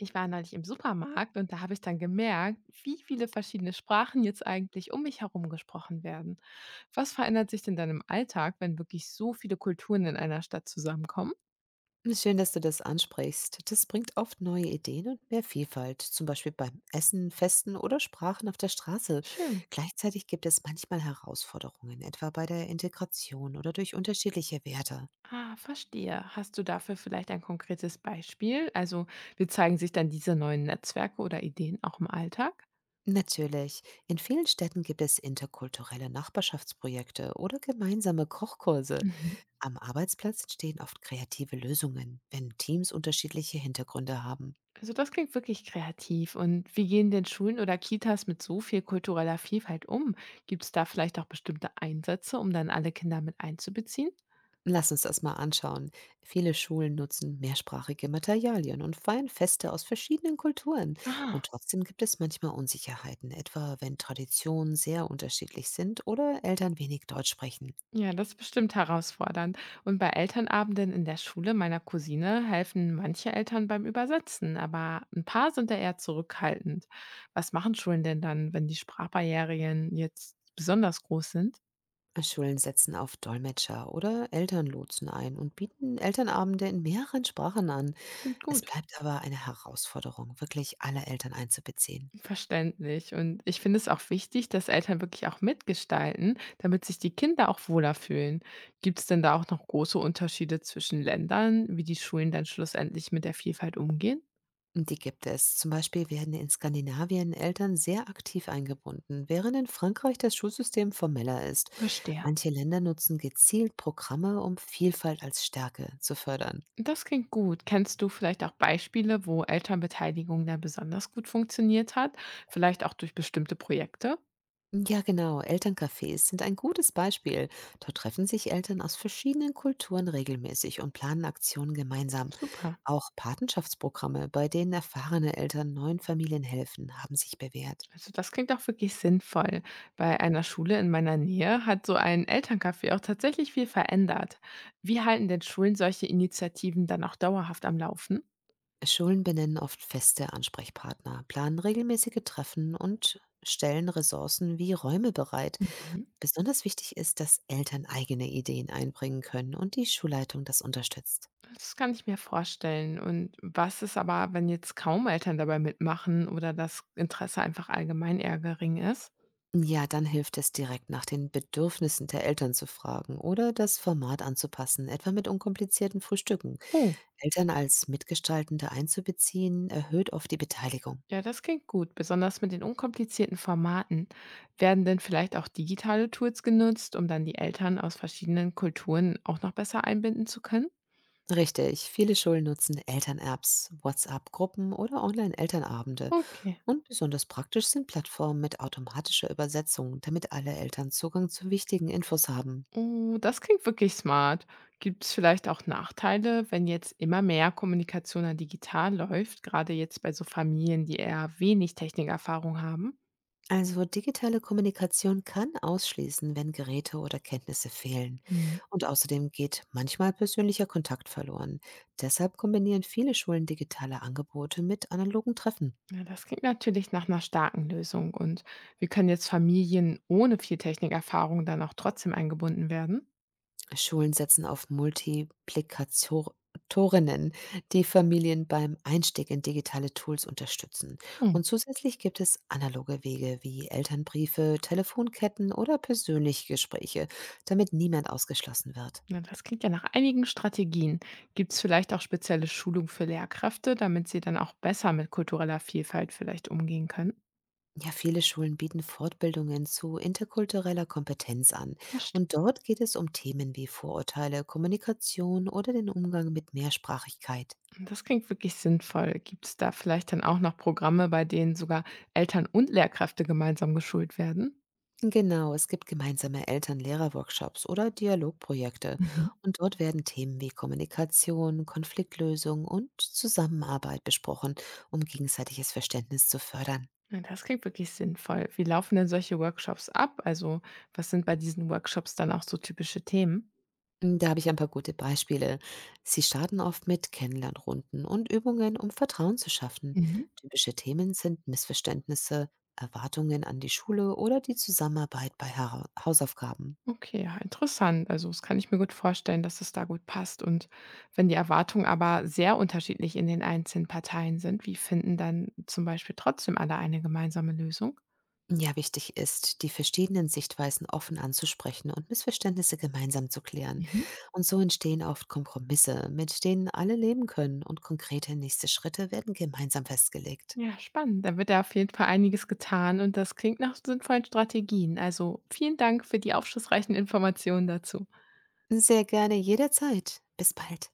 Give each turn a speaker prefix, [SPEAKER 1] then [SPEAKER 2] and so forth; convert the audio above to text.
[SPEAKER 1] Ich war neulich im Supermarkt und da habe ich dann gemerkt, wie viele verschiedene Sprachen jetzt eigentlich um mich herum gesprochen werden. Was verändert sich denn dann im Alltag, wenn wirklich so viele Kulturen in einer Stadt zusammenkommen?
[SPEAKER 2] Schön, dass du das ansprichst. Das bringt oft neue Ideen und mehr Vielfalt, zum Beispiel beim Essen, Festen oder Sprachen auf der Straße.
[SPEAKER 1] Schön.
[SPEAKER 2] Gleichzeitig gibt es manchmal Herausforderungen, etwa bei der Integration oder durch unterschiedliche Werte.
[SPEAKER 1] Ah, verstehe. Hast du dafür vielleicht ein konkretes Beispiel? Also, wie zeigen sich dann diese neuen Netzwerke oder Ideen auch im Alltag?
[SPEAKER 2] Natürlich, in vielen Städten gibt es interkulturelle Nachbarschaftsprojekte oder gemeinsame Kochkurse.
[SPEAKER 1] Mhm.
[SPEAKER 2] Am Arbeitsplatz entstehen oft kreative Lösungen, wenn Teams unterschiedliche Hintergründe haben.
[SPEAKER 1] Also das klingt wirklich kreativ. Und wie gehen denn Schulen oder Kitas mit so viel kultureller Vielfalt um? Gibt es da vielleicht auch bestimmte Einsätze, um dann alle Kinder mit einzubeziehen?
[SPEAKER 2] Lass uns das mal anschauen. Viele Schulen nutzen mehrsprachige Materialien und feiern Feste aus verschiedenen Kulturen.
[SPEAKER 1] Ah,
[SPEAKER 2] Und trotzdem gibt es manchmal Unsicherheiten, etwa wenn Traditionen sehr unterschiedlich sind oder Eltern wenig Deutsch sprechen.
[SPEAKER 1] ja, das ist bestimmt herausfordernd. Und bei Elternabenden in der Schule meiner Cousine helfen manche Eltern beim Übersetzen, aber ein paar sind da eher zurückhaltend. Was machen Schulen denn dann, wenn die Sprachbarrieren jetzt besonders groß sind?
[SPEAKER 2] Schulen setzen auf Dolmetscher oder Elternlotsen ein und bieten Elternabende in mehreren Sprachen an.
[SPEAKER 1] Klingt
[SPEAKER 2] Es
[SPEAKER 1] gut.
[SPEAKER 2] bleibt aber eine Herausforderung, wirklich alle Eltern einzubeziehen.
[SPEAKER 1] Verständlich. Und ich finde es auch wichtig, dass Eltern wirklich auch mitgestalten, damit sich die Kinder auch wohler fühlen. Gibt es denn da auch noch große Unterschiede zwischen Ländern, wie die Schulen dann schlussendlich mit der Vielfalt umgehen?
[SPEAKER 2] Die gibt es. Zum Beispiel werden in Skandinavien Eltern sehr aktiv eingebunden, während in Frankreich das Schulsystem formeller ist.
[SPEAKER 1] Verstehe.
[SPEAKER 2] Manche Länder nutzen gezielt Programme, um Vielfalt als Stärke zu fördern.
[SPEAKER 1] Das klingt gut. Kennst du vielleicht auch Beispiele, wo Elternbeteiligung dann besonders gut funktioniert hat? Vielleicht auch durch bestimmte Projekte?
[SPEAKER 2] Ja, genau. Elterncafés sind ein gutes Beispiel. Dort treffen sich Eltern aus verschiedenen Kulturen regelmäßig und planen Aktionen gemeinsam.
[SPEAKER 1] Super.
[SPEAKER 2] Auch Patenschaftsprogramme, bei denen erfahrene Eltern neuen Familien helfen, haben sich bewährt.
[SPEAKER 1] Also das klingt auch wirklich sinnvoll. Bei einer Schule in meiner Nähe hat so ein Elterncafé auch tatsächlich viel verändert. Wie halten denn Schulen solche Initiativen dann auch dauerhaft am Laufen?
[SPEAKER 2] Schulen benennen oft feste Ansprechpartner, planen regelmäßige Treffen und stellen Ressourcen wie Räume bereit.
[SPEAKER 1] Mhm.
[SPEAKER 2] Besonders wichtig ist, dass Eltern eigene Ideen einbringen können und die Schulleitung das unterstützt.
[SPEAKER 1] Das kann ich mir vorstellen. Und was ist aber, wenn jetzt kaum Eltern dabei mitmachen oder das Interesse einfach allgemein eher gering ist?
[SPEAKER 2] Ja, dann hilft es, direkt nach den Bedürfnissen der Eltern zu fragen oder das Format anzupassen, etwa mit unkomplizierten Frühstücken.
[SPEAKER 1] Oh,
[SPEAKER 2] Eltern als Mitgestaltende einzubeziehen, erhöht oft die Beteiligung.
[SPEAKER 1] ja, das klingt gut, besonders mit den unkomplizierten Formaten. Werden denn vielleicht auch digitale Tools genutzt, um dann die Eltern aus verschiedenen Kulturen auch noch besser einbinden zu können?
[SPEAKER 2] Richtig, viele Schulen nutzen Eltern-Apps, WhatsApp-Gruppen oder Online-Elternabende.
[SPEAKER 1] Okay.
[SPEAKER 2] Und besonders praktisch sind Plattformen mit automatischer Übersetzung, damit alle Eltern Zugang zu wichtigen Infos haben.
[SPEAKER 1] Oh, das klingt wirklich smart. Gibt es vielleicht auch Nachteile, wenn jetzt immer mehr Kommunikation dann digital läuft, gerade jetzt bei so Familien, die eher wenig Technikerfahrung haben?
[SPEAKER 2] Also, digitale Kommunikation kann ausschließen, wenn Geräte oder Kenntnisse fehlen.
[SPEAKER 1] Hm.
[SPEAKER 2] Und außerdem geht manchmal persönlicher Kontakt verloren. Deshalb kombinieren viele Schulen digitale Angebote mit analogen Treffen.
[SPEAKER 1] Ja, das klingt natürlich nach einer starken Lösung. Und wie können jetzt Familien ohne viel Technikerfahrung dann auch trotzdem eingebunden werden?
[SPEAKER 2] Schulen setzen auf Multiplikatorinnen, die Familien beim Einstieg in digitale Tools unterstützen.
[SPEAKER 1] Hm,
[SPEAKER 2] Und zusätzlich gibt es analoge Wege wie Elternbriefe, Telefonketten oder persönliche Gespräche, damit niemand ausgeschlossen wird.
[SPEAKER 1] na, das klingt ja nach einigen Strategien. Gibt es vielleicht auch spezielle Schulung für Lehrkräfte, damit sie dann auch besser mit kultureller Vielfalt vielleicht umgehen können?
[SPEAKER 2] Ja, viele Schulen bieten Fortbildungen zu interkultureller Kompetenz an.
[SPEAKER 1] Verstehe.
[SPEAKER 2] Und dort geht es um Themen wie Vorurteile, Kommunikation oder den Umgang mit Mehrsprachigkeit.
[SPEAKER 1] Das klingt wirklich sinnvoll. Gibt es da vielleicht dann auch noch Programme, bei denen sogar Eltern und Lehrkräfte gemeinsam geschult werden?
[SPEAKER 2] Genau, es gibt gemeinsame Eltern-Lehrer-Workshops oder Dialogprojekte,
[SPEAKER 1] Mhm.
[SPEAKER 2] und dort werden Themen wie Kommunikation, Konfliktlösung und Zusammenarbeit besprochen, um gegenseitiges Verständnis zu fördern.
[SPEAKER 1] Na, das klingt wirklich sinnvoll. Wie laufen denn solche Workshops ab? Also, was sind bei diesen Workshops dann auch so typische Themen?
[SPEAKER 2] Da habe ich ein paar gute Beispiele. Sie starten oft mit Kennenlernrunden und Übungen, um Vertrauen zu schaffen.
[SPEAKER 1] Mhm.
[SPEAKER 2] Typische Themen sind Missverständnisse, Erwartungen an die Schule oder die Zusammenarbeit bei Hausaufgaben.
[SPEAKER 1] Okay, ja, interessant. Also, das kann ich mir gut vorstellen, dass es da gut passt. Und wenn die Erwartungen aber sehr unterschiedlich in den einzelnen Parteien sind, wie finden dann zum Beispiel trotzdem alle eine gemeinsame Lösung?
[SPEAKER 2] Ja, wichtig ist, die verschiedenen Sichtweisen offen anzusprechen und Missverständnisse gemeinsam zu klären.
[SPEAKER 1] Mhm.
[SPEAKER 2] Und so entstehen oft Kompromisse, mit denen alle leben können, und konkrete nächste Schritte werden gemeinsam festgelegt.
[SPEAKER 1] Ja, spannend. Da wird ja auf jeden Fall einiges getan und das klingt nach sinnvollen Strategien. Also vielen Dank für die aufschlussreichen Informationen dazu.
[SPEAKER 2] Sehr gerne, jederzeit. Bis bald.